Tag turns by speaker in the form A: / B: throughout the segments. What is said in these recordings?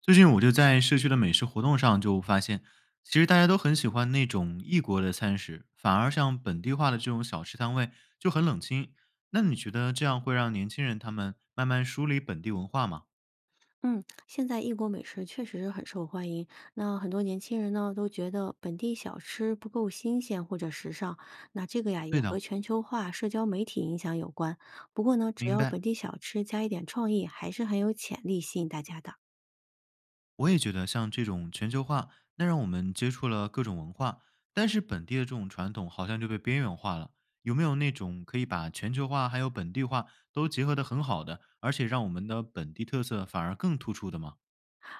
A: 最近我就在社区的美食活动上就发现，其实大家都很喜欢那种异国的餐食，反而像本地化的这种小吃摊位就很冷清。那你觉得这样会让年轻人他们慢慢梳理本地文化吗？
B: 嗯，现在异国美食确实是很受欢迎。那很多年轻人呢，都觉得本地小吃不够新鲜或者时尚。那这个呀，也
A: 对
B: 和
A: 的，
B: 全球化、社交媒体影响有关。不过呢，只
A: 明
B: 要本
A: 白。
B: 地小吃加一点创意，还是很有潜力吸引大家的。
A: 我也觉得像这种全球化，那让我们接触了各种文化，但是本地的这种传统好像就被边缘化了。有没有那种可以把全球化还有本地化都结合得很好的，而且让我们的本地特色反而更突出的吗？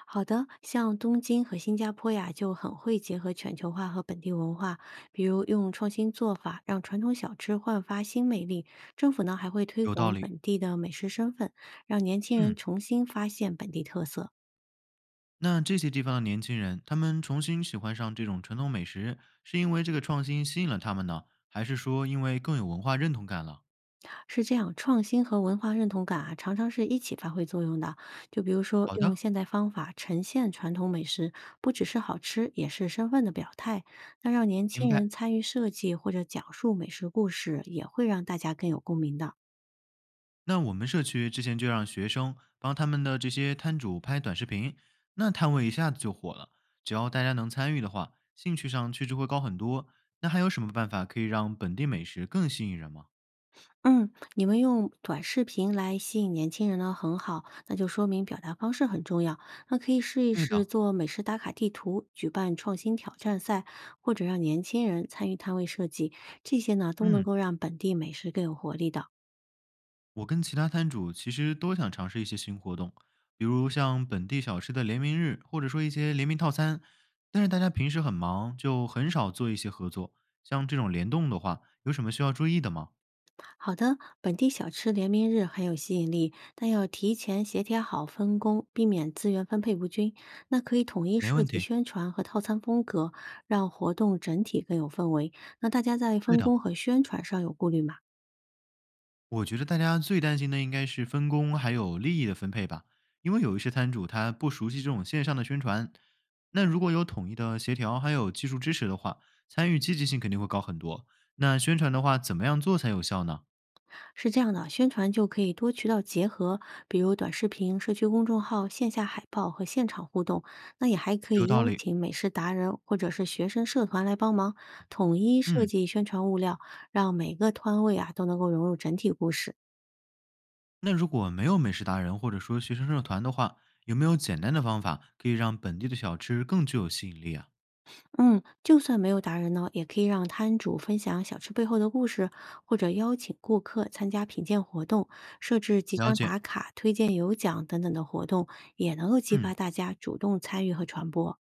B: 好的，像东京和新加坡呀，就很会结合全球化和本地文化，比如用创新做法让传统小吃焕发新魅力。政府呢，还会推
A: 有道
B: 广
A: 理。
B: 本地的美食身份，让年轻人
A: 嗯，
B: 重新发现本地特色。
A: 那这些地方的年轻人，他们重新喜欢上这种传统美食，是因为这个创新吸引了他们呢，还是说因为更有文化认同感了？
B: 是这样，创新和文化认同感啊，常常是一起发挥作用的。就比如说，
A: 好
B: 用
A: 的，
B: 现代方法呈现传统美食，不只是好吃，也是身份的表态。那让年
A: 明
B: 轻
A: 白。
B: 人参与设计或者讲述美食故事，也会让大家更有共鸣的。
A: 那我们社区之前就让学生帮他们的这些摊主拍短视频，那摊位一下子就火了。只要大家能参与的话，兴趣上确实会高很多。那还有什么办法可以让本地美食更吸引人吗？
B: 嗯，你们用短视频来吸引年轻人呢，很好，那就说明表达方式很重要。那可以试一
A: 对
B: 试
A: 的，
B: 做美食打卡地图，举办创新挑战赛，或者让年轻人参与摊位设计，这些呢都能
A: 嗯。
B: 够让本地美食更有活力的。
A: 我跟其他摊主其实都想尝试一些新活动，比如像本地小吃的联名日，或者说一些联名套餐。但是大家平时很忙，就很少做一些合作。像这种联动的话，有什么需要注意的吗？
B: 好的，本地小吃联名日很有吸引力，但要提前协调好分工，避免资源分配不均。那可以统一
A: 没
B: 设
A: 问
B: 计
A: 题。
B: 宣传和套餐风格，让活动整体更有氛围。那大家在
A: 对
B: 分
A: 的，
B: 工和宣传上有顾虑吗？
A: 我觉得大家最担心的应该是分工还有利益的分配吧，因为有一些摊主他不熟悉这种线上的宣传。那如果有统一的协调还有技术支持的话，参与积极性肯定会高很多。那宣传的话，怎么样做才有效呢？
B: 是这样的，宣传就可以多渠道结合，比如短视频、社区公众号、线下海报和现场互动。那也还可
A: 有
B: 以邀
A: 道理。
B: 请美食达人或者是学生社团来帮忙，统一设
A: 嗯，
B: 计宣传物料，让每个摊位啊都能够融入整体故事。
A: 那如果没有美食达人或者说学生社团的话，有没有简单的方法可以让本地的小吃更具有吸引力啊？
B: 嗯，就算没有达人呢，也可以让摊主分享小吃背后的故事，或者邀请顾客参加品鉴活动，设置几
A: 了
B: 张
A: 解，
B: 打卡、推荐有奖等等的活动，也能够激发
A: 嗯，
B: 大家主动参与和传播。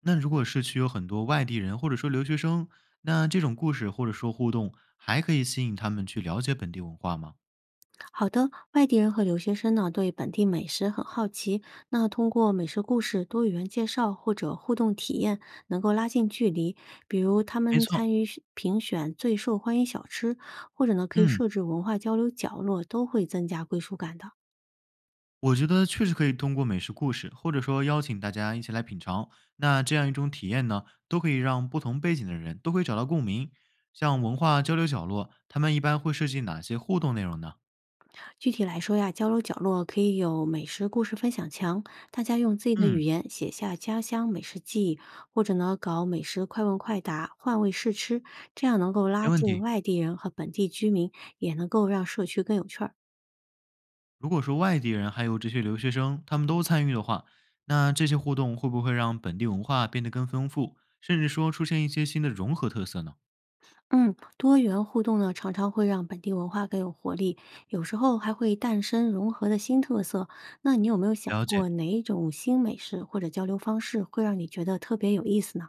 A: 那如果市区有很多外地人或者说留学生，那这种故事或者说互动还可以吸引他们去了解本地文化吗？
B: 好的，外地人和留学生呢对本地美食很好奇，那通过美食故事、多语言介绍或者互动体验，能够拉近距离。比如他
A: 没
B: 们
A: 错，
B: 参与选评选最受欢迎小吃，或者呢可以
A: 嗯，
B: 设置文化交流角落，都会增加归属感的。
A: 我觉得确实可以通过美食故事或者说邀请大家一起来品尝，那这样一种体验呢，都可以让不同背景的人都可以找到共鸣。像文化交流角落，他们一般会设计哪些互动内容呢？
B: 具体来说呀，交流角落可以有美食故事分享墙，大家用自己的语
A: 嗯。
B: 言写下家乡美食记忆，或者呢搞美食快问快答、换位试吃，这样能够
A: 没
B: 拉
A: 问
B: 近
A: 题。
B: 外地人和本地居民，也能够让社区更有趣儿。
A: 如果说外地人还有这些留学生，他们都参与的话，那这些互动会不会让本地文化变得更丰富，甚至说出现一些新的融合特色呢？
B: 嗯，多元互动呢，常常会让本地文化更有活力，有时候还会诞生融合的新特色。那你有没有想
A: 了
B: 过
A: 解，
B: 哪一种新美食或者交流方式会让你觉得特别有意思呢？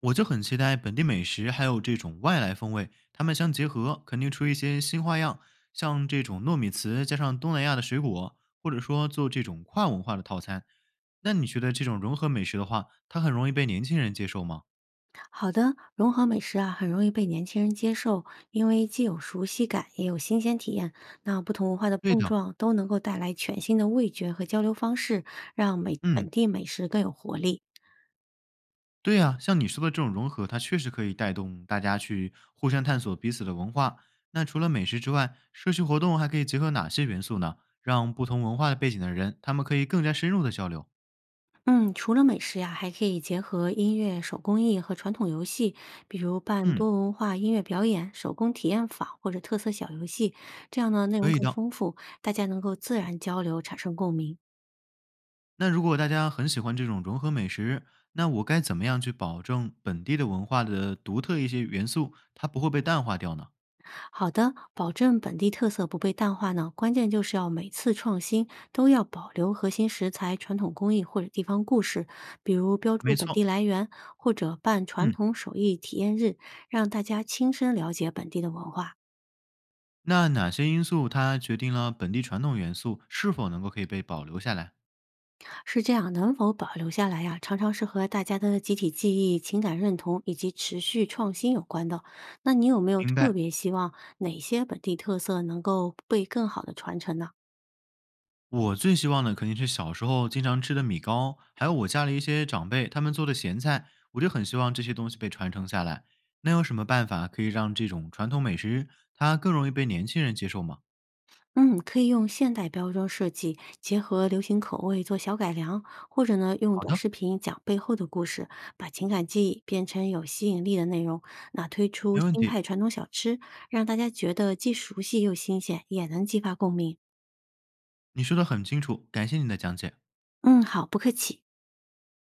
A: 我就很期待本地美食还有这种外来风味，他们相结合，肯定出一些新花样，像这种糯米糍加上东南亚的水果，或者说做这种跨文化的套餐。那你觉得这种融合美食的话，它很容易被年轻人接受吗？
B: 好的，融合美食啊，很容易被年轻人接受，因为既有熟悉感，也有新鲜体验。那不同文化的
A: 对
B: 碰
A: 的，
B: 撞都能够带来全新的味觉和交流方式，让美本
A: 嗯。
B: 地美食更有活力。
A: 对呀，像你说的这种融合，它确实可以带动大家去互相探索彼此的文化。那除了美食之外，社区活动还可以结合哪些元素呢？让不同文化的背景的人，他们可以更加深入的交流。
B: 嗯，除了美食呀，还可以结合音乐、手工艺和传统游戏，比如办
A: 嗯，
B: 多文化音乐表演、手工体验坊或者特色小游戏，这样呢内容
A: 可以
B: 更
A: 的。
B: 丰富，大家能够自然交流，产生共鸣。
A: 那如果大家很喜欢这种融合美食，那我该怎么样去保证本地的文化的独特一些元素，它不会被淡化掉呢？
B: 好的，保证本地特色不被淡化呢，关键就是要每次创新都要保留核心食材、传统工艺或者地方故事，比如标注
A: 没
B: 本
A: 错，
B: 地来源，或者办传
A: 嗯，
B: 统手艺体验日，让大家亲身了解本地的文化。
A: 那哪些因素它决定了本地传统元素是否能够可以被保留下来？
B: 是这样，能否保留下来呀、常常是和大家的集体记忆、情感认同以及持续创新有关的。那你有没有
A: 明
B: 特
A: 白。
B: 别希望哪些本地特色能够被更好的传承呢？
A: 我最希望的肯定是小时候经常吃的米糕，还有我家里一些长辈他们做的咸菜，我就很希望这些东西被传承下来。那有什么办法可以让这种传统美食它更容易被年轻人接受吗？
B: 嗯，可以用现代包装设计，结合流行口味做小改良，或者呢，用
A: 好
B: 短
A: 的，
B: 视频讲背后的故事，把情感记忆变成有吸引力的内容。那推出
A: 没问
B: 新
A: 题，
B: 派传统小吃，让大家觉得既熟悉又新鲜，也能激发共鸣。
A: 你说的很清楚，感谢你的讲解。
B: 嗯，好，不客气。